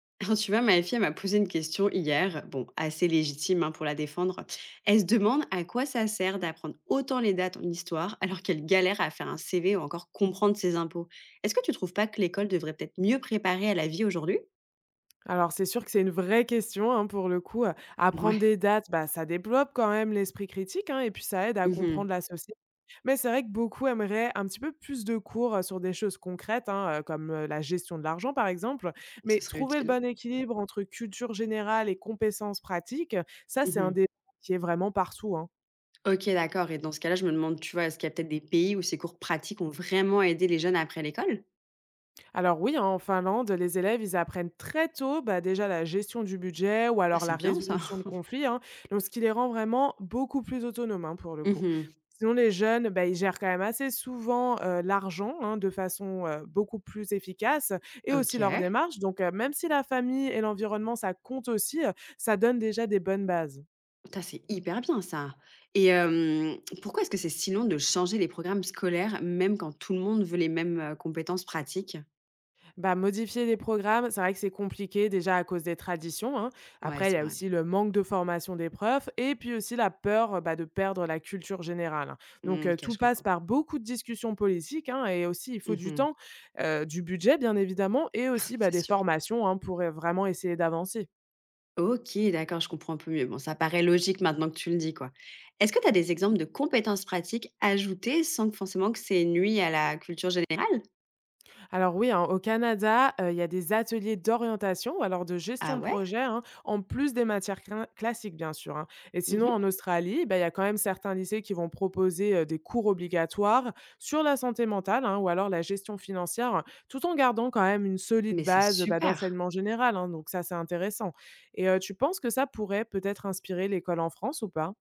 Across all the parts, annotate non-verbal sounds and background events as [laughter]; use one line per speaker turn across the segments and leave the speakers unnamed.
[laughs] Alors, tu vois, ma fille, elle m'a posé une question hier, bon, assez légitime hein, pour la défendre. Elle se demande à quoi ça sert d'apprendre autant les dates en histoire alors qu'elle galère à faire un CV ou encore comprendre ses impôts. Est-ce que tu trouves pas que l'école devrait peut-être mieux préparer à la vie aujourd'hui?
Alors c'est sûr que c'est une vraie question, hein, pour le coup, apprendre
Ouais,
des dates, bah, ça développe quand même l'esprit critique, hein, et puis ça aide à comprendre
mhm,
la société. Mais c'est vrai que beaucoup aimeraient un petit peu plus de cours, sur des choses concrètes, hein, comme, la gestion de l'argent par exemple,
ce
mais
serait
trouver le
utile.
bon équilibre entre culture générale et compétences pratiques, ça c'est un
Mhm.
débat qui est vraiment partout, hein.
Ok, d'accord. Et dans ce cas-là, je me demande, tu vois, est-ce qu'il y a peut-être des pays où ces cours pratiques ont vraiment aidé les jeunes après l'école?
Alors oui, hein, en Finlande, les élèves, ils apprennent très tôt, bah, déjà la gestion du budget ou
Ah,
alors
c'est
la
bien ça.
résolution de conflits, hein. Donc ce qui les rend vraiment beaucoup plus autonomes, hein, pour le coup.
Mhm.
Sinon, les jeunes, bah, ils gèrent quand même assez souvent l'argent, hein, de façon beaucoup plus efficace, et
Ok.
aussi leur démarche. Donc même si la famille et l'environnement, ça compte aussi, ça donne déjà des bonnes bases.
Putain, c'est hyper bien ça, et pourquoi est-ce que c'est si long de changer les programmes scolaires, même quand tout le monde veut les mêmes, compétences pratiques?
Bah, modifier les programmes, c'est vrai que c'est compliqué déjà à cause des traditions, hein.
Ouais,
Après, il y
c'est
a
vrai.
aussi le manque de formation des profs et puis aussi la peur, bah, de perdre la culture générale, hein. Donc,
Mmh, OK,
tout
je
passe
comprends.
par beaucoup de discussions politiques, hein, et aussi il faut du
Mmh.
temps, du budget bien évidemment et aussi,
[laughs]
bah,
C'est
des
sûr.
formations, hein, pour vraiment essayer d'avancer.
OK, d'accord, je comprends un peu mieux. Bon, ça paraît logique maintenant que tu le dis, quoi. Est-ce que tu as des exemples de compétences pratiques ajoutées sans que forcément que c'est nuit à la culture générale?
Alors oui, hein, au Canada, il y a des ateliers d'orientation ou alors de gestion
Ah
de
ouais?
projet, hein, en plus des matières clin classiques, bien sûr, hein. Et sinon,
Mmh.
en Australie, ben il y a quand même certains lycées qui vont proposer, des cours obligatoires sur la santé mentale, hein, ou alors la gestion financière, hein, tout en gardant quand même une
Mais
solide
c'est
base, bah,
super!
d'enseignement général, hein, donc ça, c'est intéressant. Et tu penses que ça pourrait peut-être inspirer l'école en France ou pas?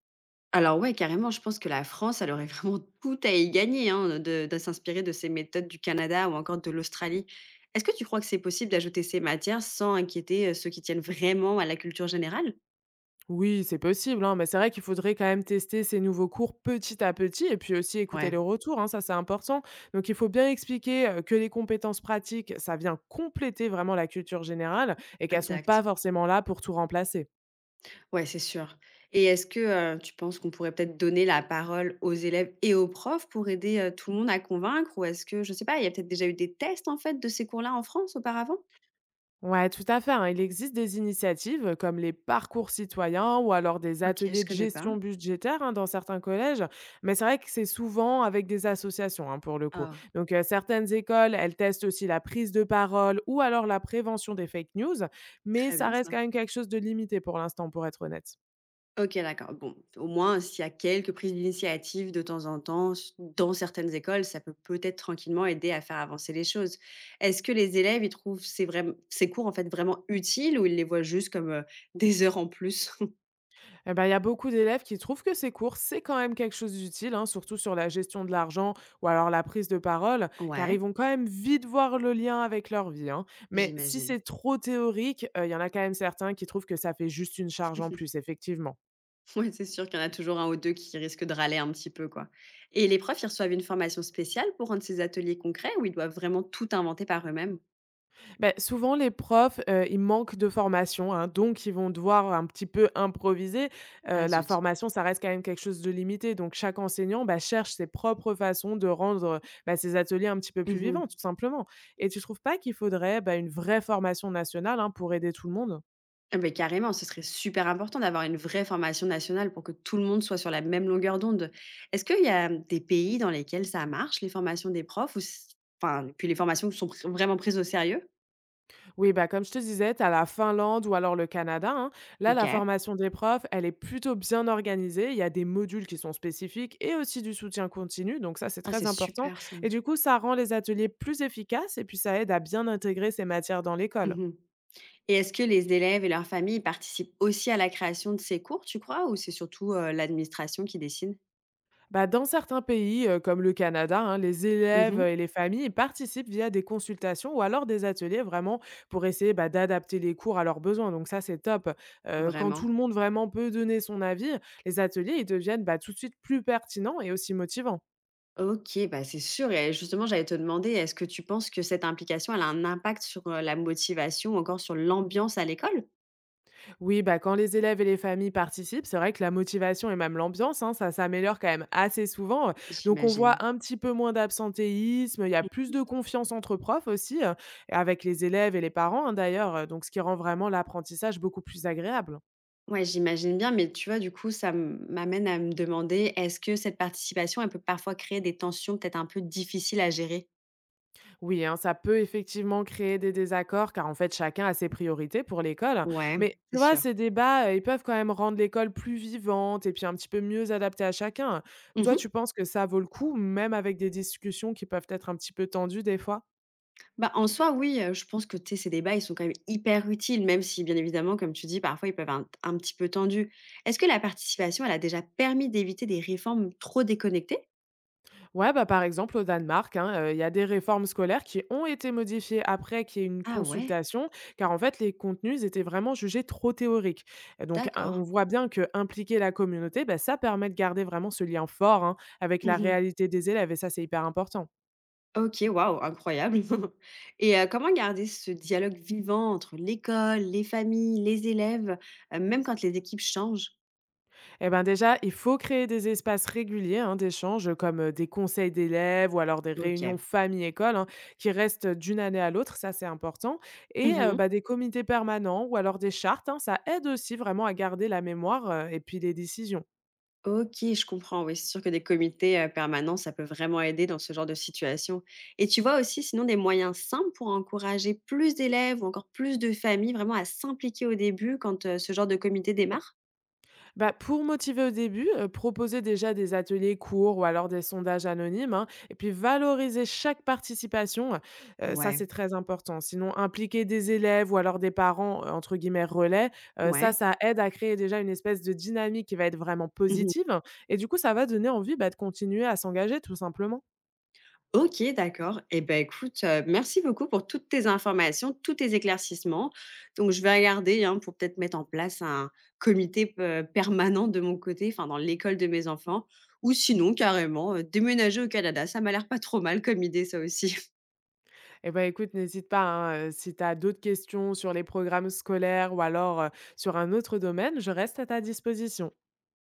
Alors ouais, carrément, je pense que la France, elle aurait vraiment [laughs] tout à y gagner, hein, de s'inspirer de ces méthodes du Canada ou encore de l'Australie. Est-ce que tu crois que c'est possible d'ajouter ces matières sans inquiéter, ceux qui tiennent vraiment à la culture générale?
Oui, c'est possible, hein, mais c'est vrai qu'il faudrait quand même tester ces nouveaux cours petit à petit et puis aussi écouter les
Ouais,
retours, hein, ça c'est important. Donc il faut bien expliquer que les compétences pratiques, ça vient compléter vraiment la culture générale et qu'elles sont
exact.
pas forcément là pour tout remplacer.
Ouais, c'est sûr. Et est-ce que, tu penses qu'on pourrait peut-être donner la parole aux élèves et aux profs pour aider, tout le monde à convaincre? Ou est-ce que je sais pas, il y a peut-être déjà eu des tests en fait de ces cours-là en France auparavant?
Ouais, tout à fait, hein. Il existe des initiatives, comme les parcours citoyens ou alors des
OK,
ateliers
je
de
connais pas.
gestion budgétaire, hein, dans certains collèges. Mais c'est vrai que c'est souvent avec des associations, hein, pour le coup.
Ah,
Donc certaines écoles, elles testent aussi la prise de parole ou alors la prévention des fake news. Mais
très
ça
bien
reste
ça.
quand même quelque chose de limité pour l'instant, pour être honnête.
OK, d'accord. Bon, au moins, s'il y a quelques prises d'initiative de temps en temps, dans certaines écoles, ça peut peut-être tranquillement aider à faire avancer les choses. Est-ce que les élèves, ils trouvent ces, ces cours en fait vraiment utiles ou ils les voient juste comme des heures en plus? [laughs]
Eh ben, il y a beaucoup d'élèves qui trouvent que ces cours, c'est quand même quelque chose d'utile, hein, surtout sur la gestion de l'argent ou alors la prise de parole, car
Ouais,
ils vont quand même vite voir le lien avec leur vie, hein. Mais si
j'imagine.
c'est trop théorique, il y en a quand même certains qui trouvent que ça fait juste une charge en plus, effectivement.
Ouais, c'est sûr qu'il y en a toujours un ou deux qui risquent de râler un petit peu, quoi. Et les profs, ils reçoivent une formation spéciale pour rendre ces ateliers concrets ou ils doivent vraiment tout inventer par eux-mêmes?
Ben souvent, les profs, ils manquent de formation, hein, donc ils vont devoir un petit peu improviser.
Ah
La
zut.
formation, ça reste quand même quelque chose de limité, donc chaque enseignant, bah, cherche ses propres façons de rendre, ses ateliers un petit peu plus vivants,
Mhm.
tout simplement, et tu trouves pas qu'il faudrait, bah, une vraie formation nationale, hein, pour aider tout le monde?
Ah beh, carrément, ce serait super important d'avoir une vraie formation nationale pour que tout le monde soit sur la même longueur d'onde. Est-ce qu'il y a des pays dans lesquels ça marche, les formations des profs ou enfin, puis les formations qui sont vraiment prises au sérieux?
Oui, bah, comme je te disais, tu as la Finlande ou alors le Canada, hein. Là, la
OK.
formation des profs, elle est plutôt bien organisée. Il y a des modules qui sont spécifiques et aussi du soutien continu. Donc ça, c'est
Ah, c'est
très important.
super ça.
Et du coup, ça rend les ateliers plus efficaces et puis ça aide à bien intégrer ces matières dans l'école.
Mhm. Et est-ce que les élèves et leurs familles participent aussi à la création de ces cours, tu crois, ou c'est surtout l'administration qui décide?
Bah, dans certains pays, comme le Canada, hein, les élèves
Mhm.
et les familles participent via des consultations ou alors des ateliers vraiment pour essayer, bah, d'adapter les cours à leurs besoins. Donc ça, c'est top. Quand
Vraiment.
tout le monde vraiment peut donner son avis, les ateliers ils deviennent, bah, tout de suite plus pertinents et aussi motivants.
Ok, bah c'est sûr. Et justement, j'allais te demander, est-ce que tu penses que cette implication, elle a un impact sur la motivation ou encore sur l'ambiance à l'école?
Oui, bah, quand les élèves et les familles participent, c'est vrai que la motivation et même l'ambiance, hein, ça s'améliore quand même assez souvent. Donc, on
J'imagine.
voit un petit peu moins d'absentéisme, il y a plus de confiance entre profs aussi, avec les élèves et les parents, hein, d'ailleurs, donc ce qui rend vraiment l'apprentissage beaucoup plus agréable.
Ouais, j'imagine bien, mais tu vois, du coup, m'amène à me demander, est-ce que cette participation, elle peut parfois créer des tensions peut-être un peu difficiles à gérer?
Oui, hein, ça peut effectivement créer des désaccords car en fait chacun a ses priorités pour l'école, hein.
Ouais,
Mais
c'est
tu vois,
sûr.
ces débats, ils peuvent quand même rendre l'école plus vivante et puis un petit peu mieux adaptée à chacun, hein. Toi,
Mhm.
tu penses que ça vaut le coup, même avec des discussions qui peuvent être un petit peu tendues des fois?
Bah, en soi, oui, je pense que tu sais, ces débats, ils sont quand même hyper utiles, même si, bien évidemment, comme tu dis, parfois, ils peuvent être un petit peu tendus. Est-ce que la participation, elle a déjà permis d'éviter des réformes trop déconnectées?
Ouais, bah, par exemple, au Danemark, hein, il y a des réformes scolaires qui ont été modifiées après qu'il y ait une
Ah ouais,
consultation, car en fait, les contenus, ils étaient vraiment jugés trop théoriques. Et donc, on
d'accord.
voit bien que impliquer la communauté, bah, ça permet de garder vraiment ce lien fort, hein, avec la réalité des élèves et ça, c'est hyper important.
OK, waouh, incroyable. [laughs] Et comment garder ce dialogue vivant entre l'école, les familles, les élèves, même quand les équipes changent?
Eh ben déjà, il faut créer des espaces réguliers, hein, d'échange, comme des conseils d'élèves ou alors des réunions
OK.
famille-école, hein, qui restent d'une année à l'autre, ça c'est important. Et
Mmh.
bah, des comités permanents ou alors des chartes, hein, ça aide aussi vraiment à garder la mémoire et puis les décisions.
OK, je comprends, oui, c'est sûr que des comités, permanents, ça peut vraiment aider dans ce genre de situation. Et tu vois aussi sinon des moyens simples pour encourager plus d'élèves ou encore plus de familles vraiment à s'impliquer au début quand, ce genre de comité démarre?
Bah, pour motiver au début, proposer déjà des ateliers courts ou alors des sondages anonymes, hein, et puis valoriser chaque participation, ça
Ouais,
c'est très important. Sinon, impliquer des élèves ou alors des parents, entre guillemets «relais», ça,
ouais.
ça aide à créer déjà une espèce de dynamique qui va être vraiment
[laughs]
positive et du coup, ça va donner envie, bah, de continuer à s'engager tout simplement.
OK, d'accord. Et ben, écoute, merci beaucoup pour toutes tes informations, tous tes éclaircissements. Donc je vais regarder, hein, pour peut-être mettre en place un comité pe permanent de mon côté, enfin dans l'école de mes enfants ou sinon carrément, déménager au Canada. Ça m'a l'air pas trop mal comme idée ça aussi.
Eh ben écoute, n'hésite pas, hein, si tu as d'autres questions sur les programmes scolaires ou alors, sur un autre domaine, je reste à ta disposition.